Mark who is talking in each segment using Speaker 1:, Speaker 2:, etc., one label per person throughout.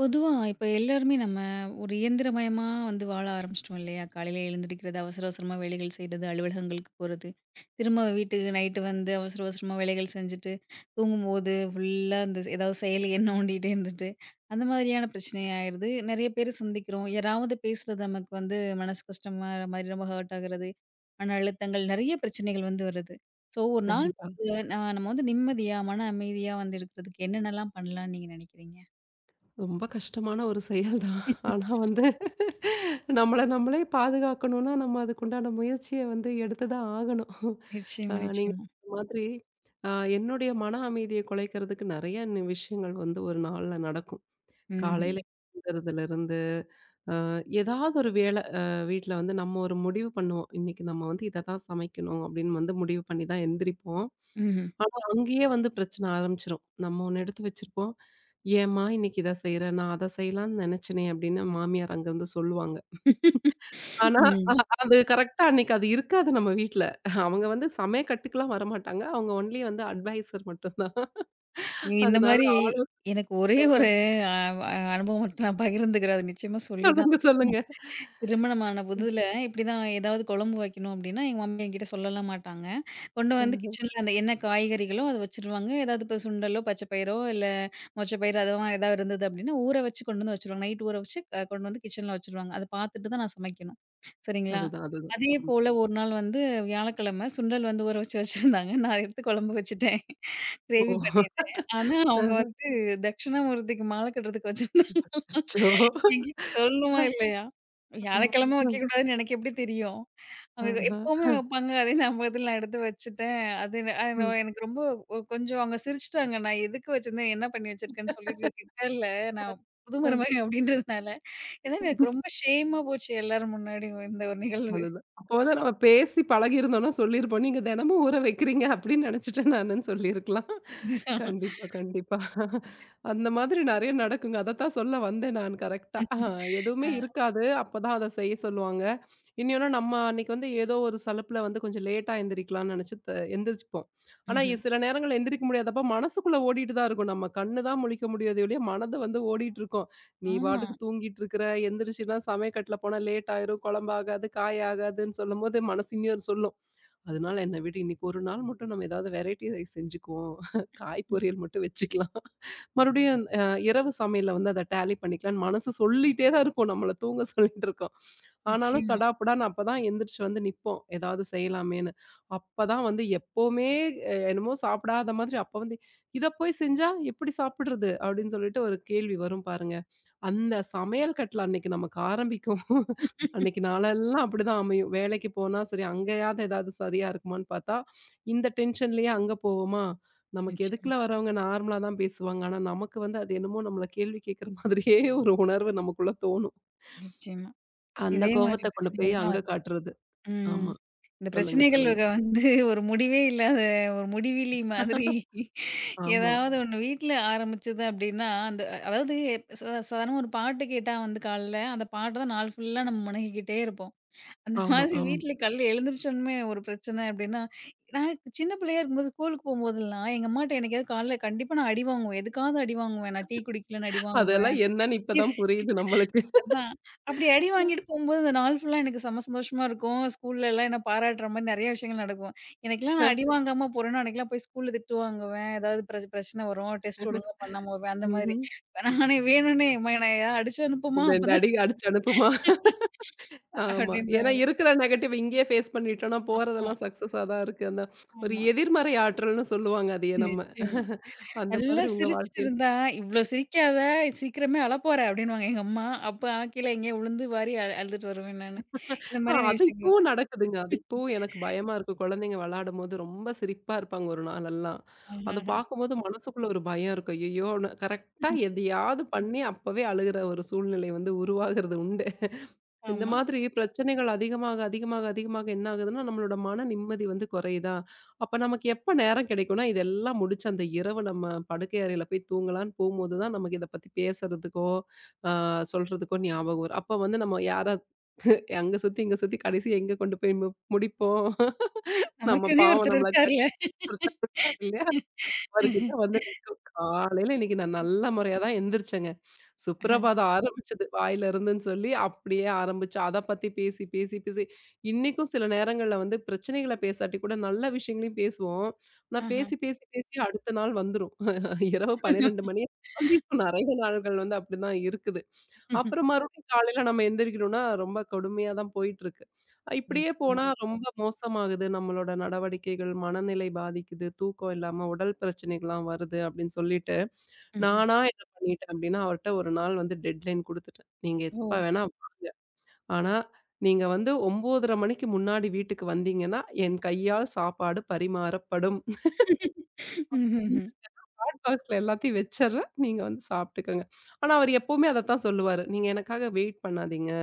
Speaker 1: பொதுவா இப்ப எல்லாருமே நம்ம ஒரு இயந்திரமயமா வந்து வாழ ஆரம்பிச்சிட்டோம் இல்லையா? காலையில எழுந்திரிக்கிறது, அவசர அவசரமா வேலைகள் செய்றது, அலுவலகங்களுக்கு போறது, திரும்ப வீட்டுக்கு நைட்டு வந்து அவசர அவசரமா வேலைகள் செஞ்சுட்டு, தூங்கும்போது ஃபுல்லா இந்த ஏதாவது செயலிய நோண்டிட்டே இருந்துட்டு, அந்த மாதிரியான பிரச்சனை ஆயிருது. நெறைய பேர் சந்திக்கிறோம். யாராவது பேசுறது நமக்கு வந்து மனசு கஷ்டமாற மாரி ரொம்ப ஹர்ட் ஆகுறது, மன அழுத்தங்கள் நெறைய பிரச்சனைகள் வந்து வருது. ஸோ ஒரு நாள்
Speaker 2: கண்டிப்பா.
Speaker 1: நம்ம வந்து நிம்மதியா, மன அமைதியா வந்து இருக்கிறதுக்கு என்னென்னலாம் பண்ணலாம்னு நீங்க நினைக்கிறீங்க?
Speaker 2: ரொம்ப கஷ்டமான ஒரு செயல் தான். ஆனா வந்து நம்மள நம்மளே பாதுகாக்கணும்னா, நம்ம அதுக்குண்டான முயற்சிய வந்து எடுத்து தான் ஆகணும்.
Speaker 1: நிச்சயமா,
Speaker 2: நீங்க
Speaker 1: நிச்சயமா.
Speaker 2: சொன்ன மாதிரி அ என்னுடைய மன அமைதிய குலைக்கிறதுக்கு நெறைய விஷயங்கள் வந்து ஒரு நாள்ல நடக்கும்.
Speaker 1: ம்ஹ்ம்.
Speaker 2: காலையில எழுந்திரிக்கிறதுலருந்து, அ ஏதாவது ஒரு வேலை வீட்ல வந்து நம்ம ஒரு முடிவு பண்ணுவோம். இன்னைக்கு நம்ம வந்து இத தான் சமைக்கணும் அப்படின்னு வந்து முடிவு பண்ணி தான் எந்திரிப்போம்.
Speaker 1: ம்ஹ்ம்.
Speaker 2: ஆனா, அங்கேயே வந்து பிரச்சனை ஆரம்பிச்சுரும். நம்ம ஒண்ணு எடுத்து வச்சிருப்போம். "ஏம்மா இன்னைக்கு இத செய்ற? நான் அத செய்யலாம்னு நெனச்சேனே" அப்படின்னு மாமியார் அங்கருந்து சொல்லுவாங்க. ஆனா, அ
Speaker 1: ம்.
Speaker 2: அது கரெக்ட்டா அன்னைக்கு அது இருக்காது நம்ம வீட்ல. அவங்க வந்து சமய கட்டுக்குலாம் வரமாட்டாங்க. அவங்க ஒன்லி வந்து அட்வைசர் மட்டும் தான்.
Speaker 1: இந்த
Speaker 2: அதனால
Speaker 1: மாரி
Speaker 2: ஆலோசனை
Speaker 1: எனக்கு ஒரே ஒரு அ அனுபவம் மட்டும் நான் பகிர்ந்துக்கிறேன். அது நிச்சயமா சொல்லி தான்.
Speaker 2: சொல்லுங்க, சொல்லுங்க.
Speaker 1: திருமணமான புதுல இப்படிதான் ஏதாவது குழம்பு வைக்கணும் அப்படின்னா, எங்க மம்மி என்கிட்ட சொல்லலாம் மாட்டாங்க. கொண்டு வந்து
Speaker 2: ஆஹா.
Speaker 1: கிச்சன்ல அந்த என்ன காய்கறிகளோ அத வச்சுருவாங்க. ஏதாவது இப்ப சுண்டலோ, பச்சை பயிரோ, இல்ல மொச்சை பயிறு அதுவா ஏதாவது இருந்தது அப்படின்னா, ஊற வச்சு கொண்டு வந்து வச்சுருவாங்க. நைட் ஊற வச்சு கொண்டு வந்து கிச்சன்ல வச்சுருவாங்க. அத பார்த்துட்டு தான் நான் சமைக்கணும். சரிங்களா?
Speaker 2: அதுதான், அதுதான்.
Speaker 1: அதே
Speaker 2: ஆமா.
Speaker 1: போல ஒரு நாள் வந்து வியாழக்கிழமை சுண்டல் வந்து ஊற வச்சு வச்சிருந்தாங்க. நான் எடுத்து குழம்பு வச்சுட்டேன். கிரேவி
Speaker 2: ஓ!
Speaker 1: பண்ணிட்டேன். ஆனா, அவங்க வந்து தட்சிணாமூர்த்திக்கு மாலை கட்டுறதுக்கு வச்சிருந்தாங்க.
Speaker 2: அச்சச்சோ!
Speaker 1: என்கிட்ட சொல்லணுமா இல்லையா?
Speaker 2: ஆமா.
Speaker 1: வியாழக்கிழமை
Speaker 2: ம்.
Speaker 1: வைக்கக்கூடாதுன்னு எனக்கு எப்படி தெரியும்? அவங்க
Speaker 2: ஆஹா.
Speaker 1: எப்பவுமே வைப்பாங்க. அதே ஞாபகத்துல நான் எடுத்து வச்சுட்டேன். அது எனக்கு ரொம்ப ஒரு கொஞ்சம் அவங்க சிரிச்சுட்டாங்க. நான் எதுக்கு வச்சிருந்தேன்? என்ன பண்ணி வச்சிருக்கேன்னு சொல்லிட்டு திட்டல. நான் புது மருமக அப்படின்றதுனால. ஏன்னா எனக்கு
Speaker 2: ம்.
Speaker 1: ரொம்ப ஷேமா போச்சு எல்லாரும் முன்னாடியும் இந்த ஒரு நிகழ்வு.
Speaker 2: அதுதான். அப்போ வந்து நம்ம பேசி பழகியிருந்தோம்னா சொல்லியிருப்போம். "நீங்க தினமும் ஊற வைக்கிறீங்க அப்படின்னு நினைச்சுட்டேன் நானுன்னு" சொல்லியிருக்கலாம்.
Speaker 1: அதுதான்.
Speaker 2: கண்டிப்பா, கண்டிப்பா. அந்த மாதிரி நெறைய நடக்குங்க. அதத்தான் சொல்ல வந்தேன் நான் கரெக்ட்டா. எதுவுமே
Speaker 1: அ.
Speaker 2: இருக்காது. அப்பதான் அத செய்ய சொல்லுவாங்க. இன்னொன்னு நம்ம அன்னைக்கு வந்து ஏதோ ஒரு சலுப்புல வந்து கொஞ்சம் லேட்டா எந்திரிக்கலாம்ன்னு நெனைச்சு எந்திரிச்சுப்போம். ஆனா
Speaker 1: ம்ஹ்ம்.
Speaker 2: சில நேரங்கள்ல எந்திரிக்க முடியாதப்ப மனசுக்குள்ள ஓடிட்டு தான் இருக்கும். நம்ம கண்ணு தான் முழிக்க முடியாதே ஒழிய மனது வந்து ஓடிட்டு இருக்கும். நீ
Speaker 1: ஆமா.
Speaker 2: பாட்டுக்கு தூங்கிட்டு இருக்கிற, எந்திரிச்சுன்னா சமயக்கட்டுல போனா லேட் ஆயிரும், குழம்பு ஆகாது, காய் ஆகாதுன்னு சொல்லும்போது மனசு இன்னொரு சொல்லும். அதனால என்ன விடு இன்னைக்கு ஒரு நாள் மட்டும் நம்ம ஏதாவது வெரைட்டி ரைஸ் செஞ்சுக்குவோம். காய்
Speaker 1: ம்.
Speaker 2: பொரியல் மட்டும் வச்சுக்கலாம். மறுபடியும் இரவு சமையல்ல வந்து அத டேலி பண்ணிக்கலான்னு மனசு சொல்லிட்டே தான் இருக்கும். நம்மள தூங்க சொல்லிட்டு இருக்கும். ஆனாலும்
Speaker 1: நிச்சயமா.
Speaker 2: தடாபுடான்னு அப்பதான் எந்திரிச்சு வந்து நிப்போம். ஏதாவது செய்யலாமேன்னு. அப்பதான் வந்து எப்பவுமே என்னமோ சாப்பிடாத மாதிரி அப்ப வந்து இத போய் செஞ்சா எப்படி சாப்பிடுறது? அப்படின்னு சொல்லிட்டு ஒரு கேள்வி வரும் பாருங்க. அந்த சமையல் கட்டுல அன்னைக்கு நமக்கு ஆரம்பிக்கும். அன்னைக்கு நாளெல்லாம் அப்படிதான் அமையும். வேலைக்கு போனா சரி அங்கேயாவது ஏதாவது சரியா இருக்குமான்னு பார்த்தா, இந்த டென்ஷன்லயே அங்க போவோமா, நமக்கு எதுக்குல
Speaker 1: நிச்சயமா,
Speaker 2: வரவங்க நார்மலா தான் பேசுவாங்க. ஆனா நமக்கு வந்து அது என்னமோ நம்மள கேள்வி கேட்கிற மாதிரியே ஒரு உணர்வு நமக்குள்ள தோணும்.
Speaker 1: நிச்சயமா.
Speaker 2: அந்த
Speaker 1: இதே மாரி
Speaker 2: கோவத்த கொண்டு போய்
Speaker 1: பிரச்சனைகள் தான்.
Speaker 2: அங்க காட்டுறது.
Speaker 1: ம்.
Speaker 2: ஆமா.
Speaker 1: இந்த
Speaker 2: சொல்லுங்க, சொல்லுங்க.
Speaker 1: பிரச்சனைகளுக்கு வந்து ஒரு முடிவே இல்லாத ஒரு முடிவிலி மாதிரி
Speaker 2: ஆமா,
Speaker 1: ஏதாவது ஒண்ணு வீட்ல ஆரம்பிச்சது அப்டின்னா, அந்த, அதாவது, சாதாரணமா ஒரு பாட்டு கேட்டா வந்து காலைல, அந்த பாட்ட தான் நாள் ஃபுல்லா நம்ம முனகிக்கிட்டே இருப்போம். அந்த
Speaker 2: ஆமா,
Speaker 1: மாதிரி
Speaker 2: ஆமா.
Speaker 1: வீட்ல காலைல எழுந்திரிச்சோனமே ஒரு பிரச்சன அப்டின்னா, நான் சின்ன பிள்ளையா இருக்கும்போது ஸ்கூலுக்கு போம்போதெல்லாம், எங்க அம்மாட்ட என்னைக்காவது காலைல கண்டிப்பா நான் அடி வாங்குவேன். எதுக்காவது அடி வாங்குவேன். நான் டீ குடிக்கலன்னு அடி
Speaker 2: அதெல்லாம்
Speaker 1: வாங்குவேன்.
Speaker 2: என்னன்னு இப்ப தான் புரியுது நம்மளுக்கு.
Speaker 1: அதான். அப்படி அடி வாங்கிட்டு போம்போது, அந்த நாள் ஃபுல்லா எனக்கு செம்ம சந்தோஷமா இருக்கும். ஸ்கூல்லலாம் என்ன பாராட்டுற மாரி நெறைய விஷயங்கள் நடக்கும். எனக்கெல்லாம் நான் அடி வாங்காம போறேன்னா, அன்னைக்கெல்லாம் போய் ஸ்கூல்ல திட்டு வாங்குவேன். ஏதாவது பிரச்சனை வரும். டெஸ்ட் ஒழுங்கா பண்ணாம வருவேன். அந்த மாதிரி.
Speaker 2: ம்ஹ்ம்.
Speaker 1: நானே வேணும்னே "எம்மா என்னை ஏதாவது அடிச்சு அனுப்புமா
Speaker 2: 2
Speaker 1: அப்பதான்"
Speaker 2: அடி அடிச்சு அனுப்புமா? ஆமா.
Speaker 1: அப்படின்ற
Speaker 2: ஏன்னா
Speaker 1: மாதிரி.
Speaker 2: இருக்கிற நெகட்டிவ் இங்கேயே ஃபேஸ் பண்ணிட்டோம்னா,
Speaker 1: ஆமா,
Speaker 2: போறதெல்லாம் சக்சஸா தான் இருக்கு. அந்த ஒரு
Speaker 1: ஆமா.
Speaker 2: எதிர்மறை ஆற்றல்னு சொல்லுவாங்க அதையே நம்ம.
Speaker 1: நிச்சயமா.
Speaker 2: அந்த
Speaker 1: நல்லா
Speaker 2: மாதிரி உங்க
Speaker 1: சிரிச்சுட்டு
Speaker 2: வாழ்க்கையில்
Speaker 1: இருந்தா, "இவ்ளோ சிரிக்காத! சீக்கிரமே அழப்போற" அப்படின்னுவாங்க எங்க அம்மா. அப்ப கீழ எங்கேயோ விழுந்து வாரி அழுதுட்டு வருவேன் நானு. இந்த மாதிரியான
Speaker 2: அது
Speaker 1: விஷயங்கள்.
Speaker 2: இப்பவும் நடக்குதுங்க. அது இப்பவும் எனக்கு பயமா இருக்கு. குழந்தைங்க விளையாடும்போது ரொம்ப சிரிப்பா இருப்பாங்க ஒரு நாளெல்லாம். அத
Speaker 1: ஆஹா.
Speaker 2: பார்க்கும்போது மனசுக்குள்ள ஒரு பயம் இருக்கும். ஐயய்யோன்னு கரெக்ட்டா எதையாவது பண்ணி அப்பவே அழுகுற ஒரு சூழ்நிலை வந்து உருவாகுறது உண்டு. இந்த
Speaker 1: ஆமா.
Speaker 2: மாதிரி பிரச்சனைகள் அதிகமாக, அதிகமாக, அதிகமாக என்ன ஆகுதுன்னா, நம்மளோட மன நிம்மதி வந்து குறையுதா? அப்ப நமக்கு எப்ப நேரம் கிடைக்கும்னா, இதெல்லாம் முடிச்சு அந்த இரவு நம்ம படுக்கை அறையில போய் தூங்கலான்னு போம்போது தான் நமக்கு இத பத்தி பேசுறதுக்கோ, அ சொல்றதுக்கோ ஞாபகம் வரும். அப்ப வந்து நம்ம யாரா அங்க சுத்தி, இங்க சுத்தி கடைசியா எங்க கொண்டு போய் முடிப்போம்? நம்ம
Speaker 1: நமக்குன்னே
Speaker 2: பாவம்
Speaker 1: ஒருத்தர்
Speaker 2: நம்மள
Speaker 1: இருக்கார்ல.
Speaker 2: கட்டுப்படுத்த அவர்கிட்ட வந்து நிக்கும். காலையில இன்னைக்கு நான் நல்ல முறையா தான் எந்திரிச்சேங்க. சுப்ரபாதம் ஆரம்பிச்சது வாயில இருந்துன்னு சொல்லி, அப்படியே ஆரம்பிச்சு அத பத்தி பேசி, பேசி, பேசி இன்னைக்கும் சில நேரங்கள்ல வந்து பிரச்சனைகள பேசாட்டி கூட நல்ல விஷயங்களையும் பேசுவோம். ஆனா
Speaker 1: ஆஹா.
Speaker 2: பேசி, பேசி, பேசி அடுத்த நாள் வந்துரும். இரவு 12 மணிய தாண்டி இப்ப நெறைய நாள்கள் வந்து அப்படிதான் இருக்குது. அப்புறம் மறுபடியும் காலையில நம்ம எந்திரிக்கணும்னா, ரொம்ப கொடுமையா தான் போயிட்டுருக்கு. இப்படியே
Speaker 1: நிச்சயமா.
Speaker 2: போனா ம். ரொம்ப மோசமாகுது. நம்மளோட நடவடிக்கைகள், மனநிலை பாதிக்குது, தூக்கம் இல்லாம உடல் பிரச்சனைகள்லாம் வருது அப்படின்னு சொல்லிட்டு,
Speaker 1: ம்ஹ்ம்.
Speaker 2: நானா என்ன பண்ணிட்டேன் அப்படின்னா, அவர்ட்ட ஒரு நாள் வந்து டெட்லைன் குடுத்துட்டேன். நீங்க எப்ப
Speaker 1: ஓ!
Speaker 2: வேணா வாங்க. ஆனா, நீங்க வந்து 9:30 மணிக்கு முன்னாடி வீட்டுக்கு வந்தீங்கன்னா, என் கையால் சாப்பாடு பரிமாறப்படும். நீங்க
Speaker 1: ம்ஹ்ஹ்ம்.
Speaker 2: ஹாட் பாக்ஸ்ல எல்லாத்தையும் வச்சர்றேன். நீங்க வந்து சாப்பிட்டுக்கங்க. ஆனா, அவர் எப்பவுமே அதத்தான் சொல்லுவாரு. நீங்க எனக்காக வெயிட் பண்ணாதீங்க.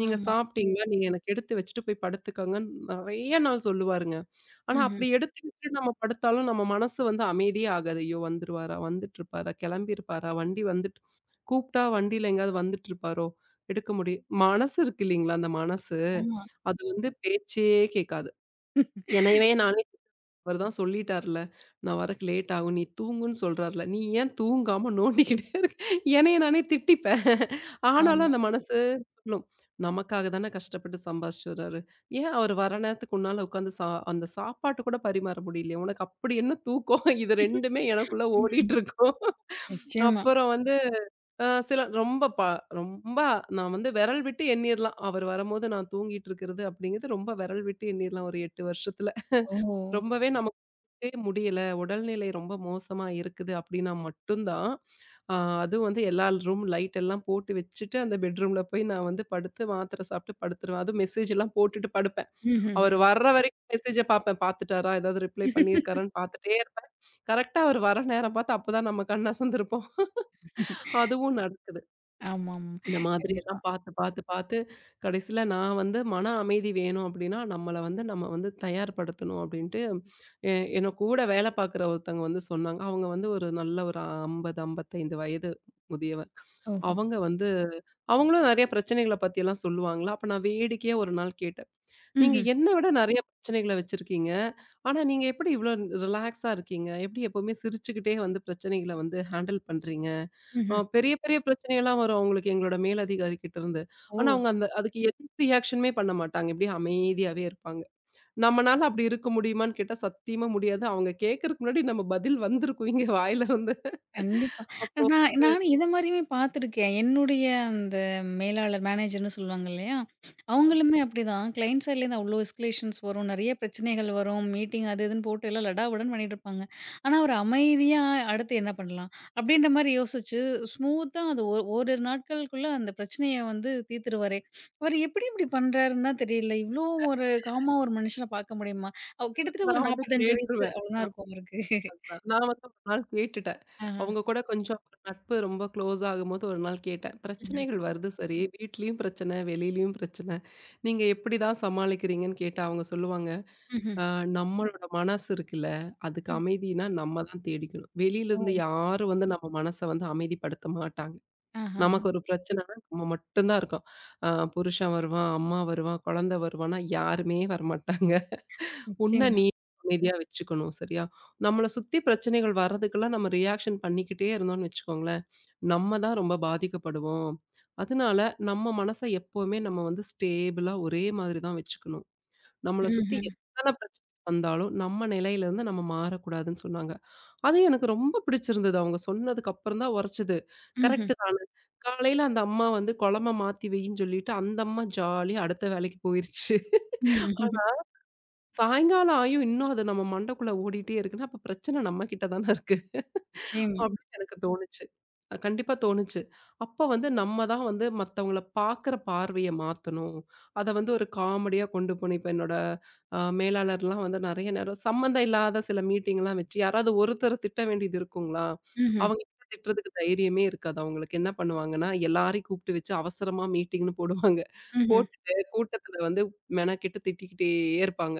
Speaker 2: நீங்க
Speaker 1: ஆமா.
Speaker 2: சாப்பிட்டீங்களா? நீங்க எனக்கு எடுத்து வச்சுட்டு போய் படுத்துக்கங்கன்னு நெறைய நாள் சொல்லுவாருங்க. ஆனா
Speaker 1: ம்ஹ்ம்.
Speaker 2: அப்படி எடுத்து வச்சுட்டு நம்ம படுத்தாலும் நம்ம மனசு வந்து அமைதியே ஆகாது. ஐயோ! வந்துருவாரா? வந்துட்டுருப்பாரா? கெளம்பிருப்பாரா? வண்டி வந்துட்டு கூப்ட்டா வண்டியில எங்கேயாவது வந்துட்டுருப்பாரோ? எடுக்க முடியும் மனசு இருக்கு இல்லீங்களா? அந்த மனசு
Speaker 1: ஆமா,
Speaker 2: அது வந்து பேச்சே கேட்காது. என்னயவே நானே அவர் தான் சொல்லிட்டார்ல. நான் வரக்கு லேட் ஆகும். நீ தூங்குன்னு சொல்றார்ல. நீ ஏன் தூங்காம நோண்டிக்கிட்டே இருக்க? என்னைய நானே திட்டிப்பேன். ஆனாலும்
Speaker 1: ஆமா.
Speaker 2: அந்த மனசு சொல்லும். நமக்காக தானே கஷ்டப்பட்டு சம்பாரிச்சுட்டு வராரு. ஏன் அவர் வர நேரத்துக்கு உன்னால உட்காந்து அந்த சாப்பாட்டு கூட பரிமாற முடியலையே? உனக்கு அப்படி என்ன தூக்கம்? இது 2மே எனக்குள்ள
Speaker 1: ம்.
Speaker 2: ஓடிட்டு இருக்கும்.
Speaker 1: நிச்சயமா.
Speaker 2: அப்புறம் வந்து சில ரொம்ப நான் வந்து விரல் விட்டு எண்ணிறலாம். அவர் வரும்போது நான் தூங்கிட்டு இருக்கிறது அப்படிங்கிறது ரொம்ப விரல் விட்டு எண்ணிறலாம் ஒரு 8 வருஷத்துல.
Speaker 1: ஓ!
Speaker 2: ரொம்பவே நமக்கு முடியல. உடல்நிலை ரொம்ப மோசமா இருக்குது அப்படின்னா மட்டும் தான், அ அதுவும் வந்து எல்லா ரூம் லைட் எல்லாம் போட்டு வச்சுட்டு, அந்த பெட்ரூம்ல போய் நான் வந்து படுத்து மாத்திரை சாப்பிட்டு படுத்துருவேன். அதுவும் மெசேஜ் எல்லாம் போட்டுட்டு படுப்பேன்.
Speaker 1: ம்ஹ்ஹ்ம்.
Speaker 2: அவரு வர்ற வரைக்கும் மெசேஜ பார்ப்பேன். பார்த்துட்டாரா? ஏதாவது ரிப்ளை பண்ணியிருக்காரான்னு பார்த்துட்டே இருப்பேன். கரெக்ட்டா அவர் வர நேரம் பார்த்து அப்பதான் நம்ம கண் அசந்திருப்போம். அதுவும் நடக்குது.
Speaker 1: ஆமாமா.
Speaker 2: இந்த மாதிரி
Speaker 1: கண்டிப்பா.
Speaker 2: எல்லாம் பார்த்து, பார்த்து, பார்த்து கடைசியில நான் வந்து மன அமைதி வேணும் அப்படின்னா, நம்மள வந்து நம்ம வந்து தயார்படுத்தணும் அப்படின்ட்டு, எ என்ன கூட வேலை பார்க்குற ஒருத்தவங்க வந்து சொன்னாங்க. அவங்க வந்து ஒரு நல்ல ஒரு 50, 55 வயது முதியவர்.
Speaker 1: ஓஹோ!
Speaker 2: அவங்க வந்து அவங்களும் நெறைய பிரச்சனைகள பத்தியெல்லாம் சொல்லுவாங்களா, அப்ப நான் வேடிக்கையா ஒரு நாள் கேட்டேன். "நீங்க
Speaker 1: ம்ஹ்ம்.
Speaker 2: என்ன விட நெறைய பிரச்சனைகள வச்சிருக்கீங்க. ஆனா நீங்க எப்படி இவ்வளோ ரிலாக்ஸா இருக்கீங்க? எப்படி எப்பவுமே சிரிச்சுக்கிட்டே வந்து பிரச்சனைகள வந்து ஹேண்டில் பண்றீங்க?"
Speaker 1: ம்ஹ்ம்.
Speaker 2: பெரிய பெரிய பிரச்சனையெல்லாம் வரும் அவங்களுக்கு எங்களோட மேலதிகாரி கிட்ட இருந்து.
Speaker 1: ஓ!
Speaker 2: ஆனா அவங்க அந்த அதுக்கு எந்த ரியாக்ஷனுமே பண்ண மாட்டாங்க. இப்படியே அமைதியாவே இருப்பாங்க. நம்மனால அப்படி இருக்க முடியுமான்னு கேட்டா சத்தியமா முடியாது. அவங்க கேட்கறக்கு முன்னாடி நம்ம பதில் வந்திருக்கும் இங்க வாயில இருந்து.
Speaker 1: கண்டிப்பா.
Speaker 2: அப்போ
Speaker 1: நானும் இத மாரியுமே பார்த்துருக்கேன். என்னுடைய அந்த மேலாளர், மேனேஜர்ன்னு சொல்லுவாங்க இல்லையா? அவங்களுமே அப்படிதான். கிளையன்ட் சைட்லேருந்து அவ்ளோ எஸ்கலேஷன்ஸ் வரும். நெறைய பிரச்சனைகள் வரும். மீட்டிங் அது இதுன்னு போட்டு எல்லாம் லடாவுடன்னு பண்ணிட்டுருப்பாங்க. ஆனா, ஒரு அமைதியா அடுத்து என்ன பண்ணலாம்? அப்படின்ற மாரி யோசிச்சு, ஸ்மூத்தா அது ஓரிரு நாட்களுக்குள்ள அந்த பிரச்சனைய வந்து தீர்த்துருவாரே! அவரு எப்படி இப்படி பண்றாருன்னு தான் தெரியல. இவ்ளோ ஒரு காமா ஒரு மனுஷன பார்க்க முடியுமா? அவ் கிட்டத்தட்ட ஒரு
Speaker 2: நான் வந்து
Speaker 1: 45 வயசு
Speaker 2: கேட்டுருவேன்.
Speaker 1: அவ்வளோதான் இருக்கும் அவருக்கு.
Speaker 2: நான் நான் வந்து ஒரு நாள் கேட்டுட்டேன்.
Speaker 1: ஆஹா.
Speaker 2: அவங்க கூட கொஞ்சம் நட்பு ரொம்ப க்ளோஸ் ஆகும்போது ஒரு நாள் கேட்டேன்.
Speaker 1: ம்ஹ்ம்.
Speaker 2: பிரச்சனைகள் வருது சரி, வீட்லயும் பிரச்சனை, வெளியிலயும் பிரச்சனை. நீங்க எப்படி தான் சமாளிக்கிறீங்கன்னு கேட்டா அவங்க சொல்லுவாங்க.
Speaker 1: ம்ஹ்ம்.
Speaker 2: ஆ நம்மளோட மனசு இருக்குல்ல, அதுக்கு
Speaker 1: ம்.
Speaker 2: அமைதினா நம்ம தான் தேடிக்கணும்.
Speaker 1: ஓ!
Speaker 2: வெளியிலருந்து யாரும் வந்து நம்ம மனச வந்து அமைதிப்படுத்த மாட்டாங்க.
Speaker 1: ஆஹஹ.
Speaker 2: நமக்கு ஒரு பிரச்சனைனா நம்ம மட்டும் தான் இருக்கோம். ஆ புருஷன் வருவான், அம்மா வருவா, குழந்தை வருவான்னா யாருமே வரமாட்டாங்க. உன்ன
Speaker 1: நிச்சயமா.
Speaker 2: நீ அமைதியா வச்சுக்கணும் சரியா? நம்மள சுத்தி பிரச்சனைகள் வர்றதுக்கெல்லாம் நம்ம ரியாக்ஷன் பண்ணிக்கிட்டே இருந்தோம்னு வச்சுக்கோங்களேன், நம்ம தான் ரொம்ப பாதிக்கப்படுவோம். அதனால நம்ம மனச எப்பவுமே நம்ம வந்து ஸ்டேபிளா ஒரே மாதிரி தான் வச்சுக்கணும். நம்மள சுத்தி
Speaker 1: ம்ஹ்ம்.
Speaker 2: எத்தன பிரச்சனை வந்தாலும், நம்ம நிலையிலருந்து நம்ம மாறக்கூடாதுன்னு சொன்னாங்க. அது எனக்கு ரொம்ப பிடிச்சிருந்தது. அவங்க சொன்னதுக்கு அப்புறம் தான் உரைச்சது.
Speaker 1: ம்ஹ்ம்.
Speaker 2: கரெக்ட் தானே. காலையில அந்த அம்மா வந்து குழம்ப மாத்தி வையின்னு சொல்லிட்டு, அந்த அம்மா ஜாலியா அடுத்த வேலைக்கு போயிருச்சு.
Speaker 1: ம்.
Speaker 2: சாயங்காலம் ஆயும் இன்னும் அது நம்ம மண்டைக்குள்ள ஓடிட்டே இருக்குன்னா, அப்ப பிரச்சனை நம்ம கிட்ட தானே இருக்கு.
Speaker 1: நிச்சயமா.
Speaker 2: அப்படின்னு எனக்கு தோணுச்சு. கண்டிப்பா தோணுச்சு. அப்ப வந்து நம்ம தான் வந்து மத்தவங்கள பார்க்குற பார்வைய மாத்தணும். அத வந்து ஒரு காமெடியா கொண்டு போணும். இப்ப என்னோட மேலாளர்லாம் வந்து நெறைய நேரம் சம்மந்தம் இல்லாத சில மீட்டிங்லாம் வச்சு யாராவது ஒருத்தர திட்ட வேண்டியது இருக்குங்களா?
Speaker 1: ம்ஹ்ம்.
Speaker 2: அவங்க கிட்ட திட்டுறதுக்கு தைரியமே இருக்காது. அவங்களுக்கு என்ன பண்ணுவாங்கன்னா, எல்லாரையும் கூப்பிட்டு வச்சு அவசரமா மீட்டிங்ன்னு போடுவாங்க.
Speaker 1: ம்ஹ்ம்.
Speaker 2: போட்டுட்டு கூட்டத்துல வந்து மெனக்கெட்டு திட்டிக்கிட்டே இருப்பாங்க.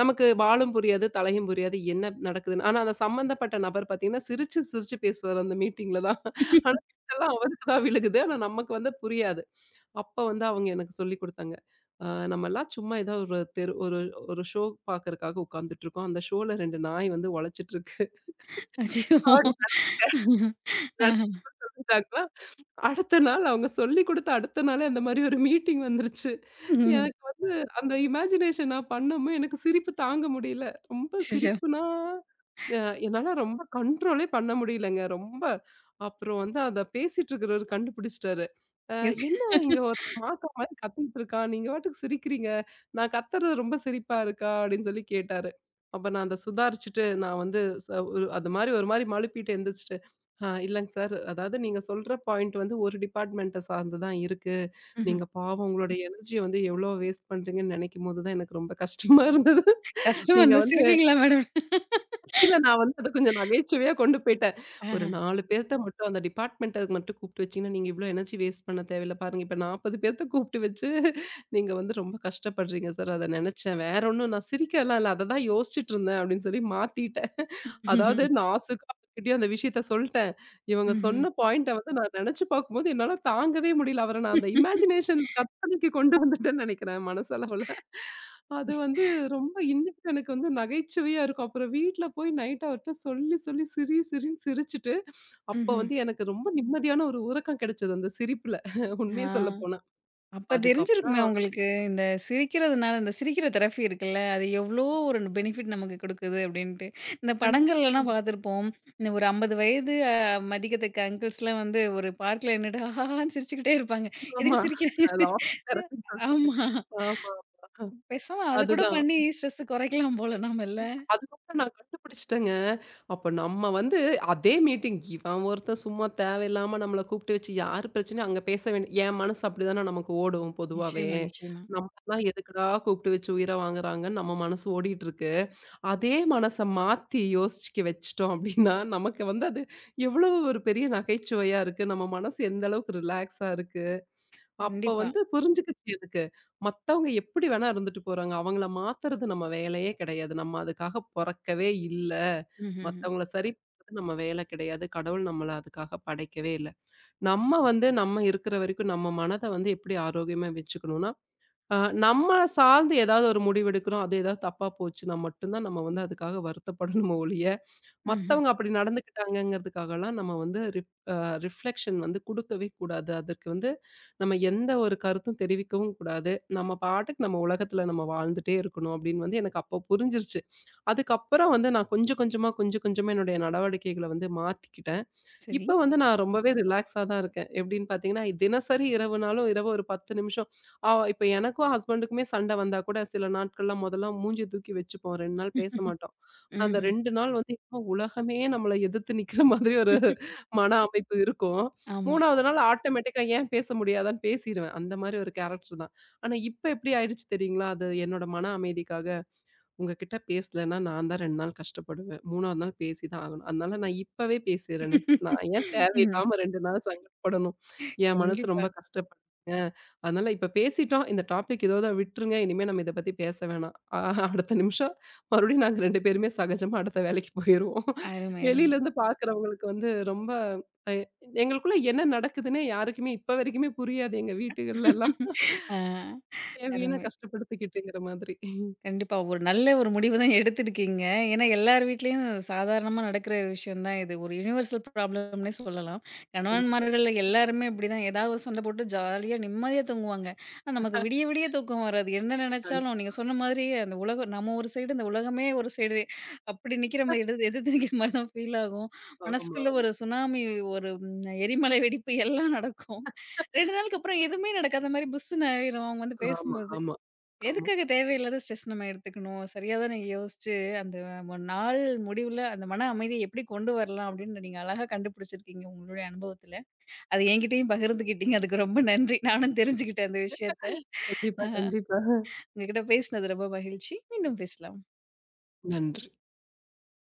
Speaker 2: நமக்கு வாலும் புரியாது, தலையும் புரியாது. என்ன நடக்குதுன்னு. ஆனா அந்த சம்மந்தப்பட்ட நபர் பார்த்தீங்கன்னா, சிரிச்சு சிரிச்சு பேசுவாரு அந்த மீட்டிங்ல தான். ஆனா சிரிப்பெல்லாம் அவருக்கு தான் விழுகுது. ஆனா நமக்கு வந்து புரியாது. அப்ப வந்து அவங்க எனக்கு சொல்லிக் குடுத்தாங்க. அ நம்மலாம் சும்மா ஏதோ ஒரு தெரு ஒரு ஒரு ஷோ பார்க்கறக்காக உட்கார்ந்துட்டுருக்கோம். அந்த ஷோல 2 நாய் வந்து ஒலச்சிட்டுருக்கு.
Speaker 1: அச்சோ! ஆஹா.
Speaker 2: அப்டி அடுத்த நாள் அவங்க சொல்லிக் குடுத்த அடுத்த நாளே அந்த மாரி ஒரு மீட்டிங் வந்துருச்சு.
Speaker 1: ம்.
Speaker 2: எனக்கு வந்து அந்த இமேஜினேஷன் நான் பண்ணமோ எனக்கு சிரிப்பு தாங்க முடியல. ரொம்ப
Speaker 1: அச்சச்சோ!
Speaker 2: சிரிப்புனா, அ என்னால ரொம்ப கண்ட்ரோலே பண்ண முடியலங்க. ரொம்ப அப்புறம் வந்து அத பேசிட்டு இருக்கிறவரு கண்டுபிடிச்சுட்டாரு. "அ
Speaker 1: இதுக்கு
Speaker 2: என்ன இங்க ஒரு மாக்கா மாரி கத்திட்டு இருக்கா? நீங்க பாட்டுக்கு சிரிக்கிறீங்க. நான் கத்துறது ரொம்ப சிரிப்பா இருக்கா?" அப்படின்னு சொல்லி கேட்டாரு. அப்ப நான் அத சுதாரிச்சுட்டு நான் வந்து ஒரு அது மாரி ஒரு மாரி மழுப்பிட்டு எந்திரிச்சுட்டு இல்லங்க சார். அதாவது நீங்க சொல்ற பாயிண்ட் வந்து ஒரு டிபார்ட்மெண்ட்ட சார்ந்து தான் இருக்கு.
Speaker 1: ம்ஹ்ம்.
Speaker 2: நீங்க பாவம் உங்களுடைய எனர்ஜிய வந்து எவ்ளோ வேஸ்ட் பண்றீங்கன்னு நெனைக்கும்போது தான் எனக்கு ரொம்ப கஷ்டமா இருந்தது.
Speaker 1: கஷ்டமா
Speaker 2: நீங்க
Speaker 1: இருந்தா
Speaker 2: வந்து
Speaker 1: சிரிப்பீங்களா மேடம்?
Speaker 2: இல்ல நான் வந்து அத கொஞ்சம் நகைச்சுவையா கொண்டு போயிட்டேன். ஒரு
Speaker 1: ஆஹ.
Speaker 2: 4 பேர்த்த மட்டும் அந்த டிபார்ட்மென்ட்டக்கு மட்டும் கூப்பிட்டு வச்சீங்கன்னா, நீங்க இவ்ளோ எனர்ஜி வேஸ்ட் பண்ண தேவையில்ல பாருங்க. இப்ப 40 பேர்த்த கூப்பிட்டு வச்சு நீங்க வந்து ரொம்ப கஷ்டப்படுறீங்க சார். அத நினைச்சேன். வேற ஒண்ணும் நான் சிரிக்கலாம் இல்ல. அத தான் யோசிச்சுட்டு இருந்தேன் அப்படின்னு சொல்லி மாத்திட்டேன். அதாவது
Speaker 1: ம்ஹ்ம்.
Speaker 2: நாசூக்கா அவர்கிட்டயும் அந்த விஷயத்த சொல்ட்டேன். இவங்க
Speaker 1: ம்ஹ்ம்.
Speaker 2: சொன்ன பாயிண்ட்ட வந்து நான் நினைச்சு பார்க்கும்போது என்னால தாங்கவே முடியல. அவர நான் அந்த இமேஜினேஷன் கற்பனைக்கு கொண்டு வந்துட்டேன்னு நினைக்கிறேன் மனசளவுல. அது வந்து ரொம்ப இன்னைக்கு எனக்கு வந்து நகைச்சுவையா இருக்கும். அப்புறம் வீட்ல போய் நைட் அவர்ட்ட சொல்லி, சொல்லி சிரி சிரின்னு சிரிச்சுட்டு, அப்ப
Speaker 1: ம்ஹ்ம்.
Speaker 2: வந்து எனக்கு ரொம்ப நிம்மதியான ஒரு உறக்கம் கிடைச்சது அந்த சிரிப்புல.
Speaker 1: ஆ.
Speaker 2: உண்மைய சொல்லப்போனா.
Speaker 1: அப்ப தெரிஞ்சிருக்குமே
Speaker 2: அதுக்கப்புறம்
Speaker 1: உங்களுக்கு, இந்த சிரிக்கிறதுனால இந்த சிரிக்கிற தெரபி இருக்குல்ல, அது எவ்ளோ ஒரு பெனிஃபிட் நமக்கு குடுக்குது அப்டின்ட்டு. இந்த
Speaker 2: கண்டிப்பா,
Speaker 1: படங்கள்லலாம்
Speaker 2: கண்டிப்பா.
Speaker 1: பார்த்துருப்போம். இந்த ஒரு 50 வயது மதிக்கத்தக்க அங்கிள்ஸ்லாம் வந்து ஒரு பார்க்ல நின்னுட்டு ஹாஹான்னு சிரிச்சுக்கிட்டே இருப்பாங்க.
Speaker 2: ஆமா.
Speaker 1: எதுக்கு சிரிக்கிறாங்க?
Speaker 2: லாஃபிங் தெரபின்னு சொல்லிட்டு.
Speaker 1: ஆமா.
Speaker 2: ஆமா.
Speaker 1: பேசாம அது கூட
Speaker 2: அதுதான்.
Speaker 1: பண்ணி ஸ்ட்ரெஸ்ஸ குறைக்கலாம் போல நாமல்ல.
Speaker 2: அதுக்கப்புறம் நான் கண்டுபிடிச்சுட்டேங்க. அப்ப நம்ம வந்து அதே மீட்டிங் இவன் ஒருத்தன் சும்மா தேவையில்லாம நம்மள கூப்பிட்டு வச்சு யாரு பிரச்சனையும் அங்க பேச வேண்டிய என் மனசு அப்படிதானே நமக்கு ஓடும் பொதுவாவே.
Speaker 1: நிச்சயமா, நிச்சயமா.
Speaker 2: நம்மலாம் எதுக்குடா கூப்பிட்டு வச்சு உயிர வாங்குறாங்கன்னு நம்ம மனசு ஓடிட்டு இருக்கு. அதே மனச மாத்தி யோசிச்சுக்க வச்சுட்டோம் அப்படின்னா, நமக்கு வந்து அது எவ்வளவு ஒரு பெரிய நகைச்சுவையா இருக்கு. நம்ம மனசு எந்த அளவுக்கு ரிலாக்ஸா இருக்கு. அப்ப
Speaker 1: கண்டிப்பா.
Speaker 2: வந்து புரிஞ்சுக்கிச்சு எனக்கு. மத்தவங்க எப்படி வேணா இருந்துட்டு போறாங்க. அவங்கள மாத்துறது நம்ம வேலையே கிடையாது. நம்ம அதுக்காக பொறக்கவே இல்ல.
Speaker 1: ம்ஹ்ஹ்ம்.
Speaker 2: மத்தவங்கள சரி பண்றது நம்ம வேலை கிடையாது. கடவுள் நம்மள அதுக்காக படைக்கவே இல்ல. நம்ம வந்து நம்ம இருக்கிற வரைக்கும் நம்ம மனத வந்து எப்படி ஆரோக்கியமா வச்சுக்கணும்னா, அ நம்மள சார்ந்து ஏதாவது ஒரு முடிவு எடுக்கிறோம். அது ஏதாவது தப்பா போச்சுன்னா மட்டும் தான் நம்ம வந்து அதுக்காக வருத்தப்படணுமே ஒழிய,
Speaker 1: ம்ஹ்ம்.
Speaker 2: மத்தவங்க அப்படி நடந்துக்கிட்டாங்கங்கிறதுக்காகலாம் நம்ம வந்து ரிப் அ ரிஃப்ளெக்ஷன் வந்து குடுக்கவே கூடாது. அதற்கு வந்து நம்ம எந்த ஒரு கருத்தும் தெரிவிக்கவும் கூடாது. நம்ம பாட்டுக்கு நம்ம உலகத்துல நம்ம வாழ்ந்துட்டே இருக்கணும் அப்படின்னு வந்து எனக்கு அப்போ புரிஞ்சிருச்சு. அதுக்கப்புறம் வந்து நான் கொஞ்சம் கொஞ்சமா, கொஞ்சம் கொஞ்சமா என்னுடைய நடவடிக்கைகள வந்து மாத்திக்கிட்டேன்.
Speaker 1: சரி.
Speaker 2: இப்ப வந்து நான் ரொம்பவே ரிலாக்ஸா தான் இருக்கேன். எப்படின்னு பார்த்தீங்கன்னா, தினசரி இரவுனாலும் இரவு ஒரு 10 நிமிஷம் இப்ப எனக்கும் ஹஸ்பண்டுக்குமே சண்டை வந்தா கூட சில நாட்கள்லாம் முதல்ல மூஞ்சிய தூக்கி வச்சுப்போம். 2 நாள் பேச மாட்டோம். ஆனா, அந்த
Speaker 1: ம்ஹ்ம்.
Speaker 2: 2 நாள் வந்து என்னமோ உலகமே நம்மள எதிர்த்து நிக்கிற மாதிரி ஒரு மன அமைப்பு இருக்கும்.
Speaker 1: ஆமா.
Speaker 2: 3வது நாள் ஆட்டோமேட்டிக்கா ஏன் பேச முடியாதான்னு பேசிருவேன். அந்த மாரி ஒரு கேரக்டர் தான். ஆனா இப்ப எப்படி ஆயிடுச்சு தெரியுங்களா? அது என்னோட மன அமைதிக்காக உங்ககிட்ட பேசலன்னா, நான் தான் 2 நாள் கஷ்டப்படுவேன். 3வது நாள் பேசி தான் ஆகணும். அதனால நான் இப்பவே பேசிறேனே. நான் ஏன்
Speaker 1: ம்.
Speaker 2: தேவையில்லாம 2 நாள் சங்கடப்படணும்? என் மனசு
Speaker 1: கண்டிப்பா.
Speaker 2: ரொம்ப கஷ்டப்படுதுங்க. அதனால இப்ப பேசிட்டோம். இந்த டாபிக் இதோட விட்டுருங்க. இனிமே நம்ம இத பத்தி பேச வேணாம். அடுத்த நிமிஷம் மறுபடியும் நாங்க 2 பேருமே சகஜமா அடுத்த வேலைக்கு போயிருவோம்.
Speaker 1: அருமை, அருமை.
Speaker 2: வெளியிலருந்து பார்க்குறவங்களுக்கு வந்து ரொம்ப அ எங்களுக்குள்ள என்ன நடக்குதுன்னே யாருக்குமே இப்ப வரைக்குமே புரியாது. எங்க வீட்டுகள்லலாம்.
Speaker 1: ஆ.
Speaker 2: தேவையான
Speaker 1: அருமை.
Speaker 2: கஷ்டப்படுத்திக்கிட்டுங்கிற மாதிரி.
Speaker 1: கண்டிப்பா. ஒரு நல்ல ஒரு முடிவு தான் எடுத்திருக்கீங்க. ஏன்னா, எல்லார் வீட்லயும் சாதாரணமா நடக்கிற விஷயம் தான் இது. ஒரு யுனிவர்சல் ப்ராப்ளம்னே சொல்லலாம்.
Speaker 2: கண்டிப்பா,
Speaker 1: கணவன்மார்கள் எல்லாருமே இப்படிதான் ஏதாவது ஒரு சண்டை போட்டு ஜாலியா நிம்மதியா தூங்குவாங்க. ஆனா, நமக்கு விடிய விடிய தூக்கம் வராது. என்ன
Speaker 2: கண்டிப்பா.
Speaker 1: நினைச்சாலும் நீங்க சொன்ன மாதிரி அந்த உலகம் நம்ம ஒரு சைடு, இந்த உலகமே ஒரு சைடு அப்படி நிக்கிற மாரி எதிர் எதிர்த்து நிக்கிற மாரி தான் ஃபீல் ஆகும்.
Speaker 2: ஆமா,
Speaker 1: மனசுக்குள்ள ஒரு
Speaker 2: ஆமா.
Speaker 1: சுனாமி, ஒரு ம், எரிமலை வெடிப்பு எல்லாம் நடக்கும். 2 நாளுக்கு அப்புறம் எதுவுமே நடக்காத மாரி புஸ்ன்னு ஆயிரும் அவங்க வந்து
Speaker 2: ஆமா,
Speaker 1: பேசும்போது.
Speaker 2: ஆமா, ஆமா.
Speaker 1: எதுக்காக தேவையில்லாத ஸ்ட்ரெஸ் நம்ம எடுத்துக்கணும்? சரியா தானே யோசிச்சு, அந்த நாள் முடிவுல அந்த மன அமைதிய எப்படி கொண்டு வரலாம் அப்படின்னு நீங்க அழகா கண்டுபிடிச்சிருக்கீங்க உங்களுடைய அனுபவத்துல. அது என்கிட்டயும் பகிர்ந்துக்கிட்டீங்க. அதுக்கு ரொம்ப நன்றி. நானும் தெரிஞ்சுக்கிட்டேன் அந்த விஷயத்த.
Speaker 2: கண்டிப்பா, கண்டிப்பா.
Speaker 1: உங்ககிட்ட பேசினது ரொம்ப மகிழ்ச்சி. மீண்டும் பேசலாம்.
Speaker 2: நன்றி.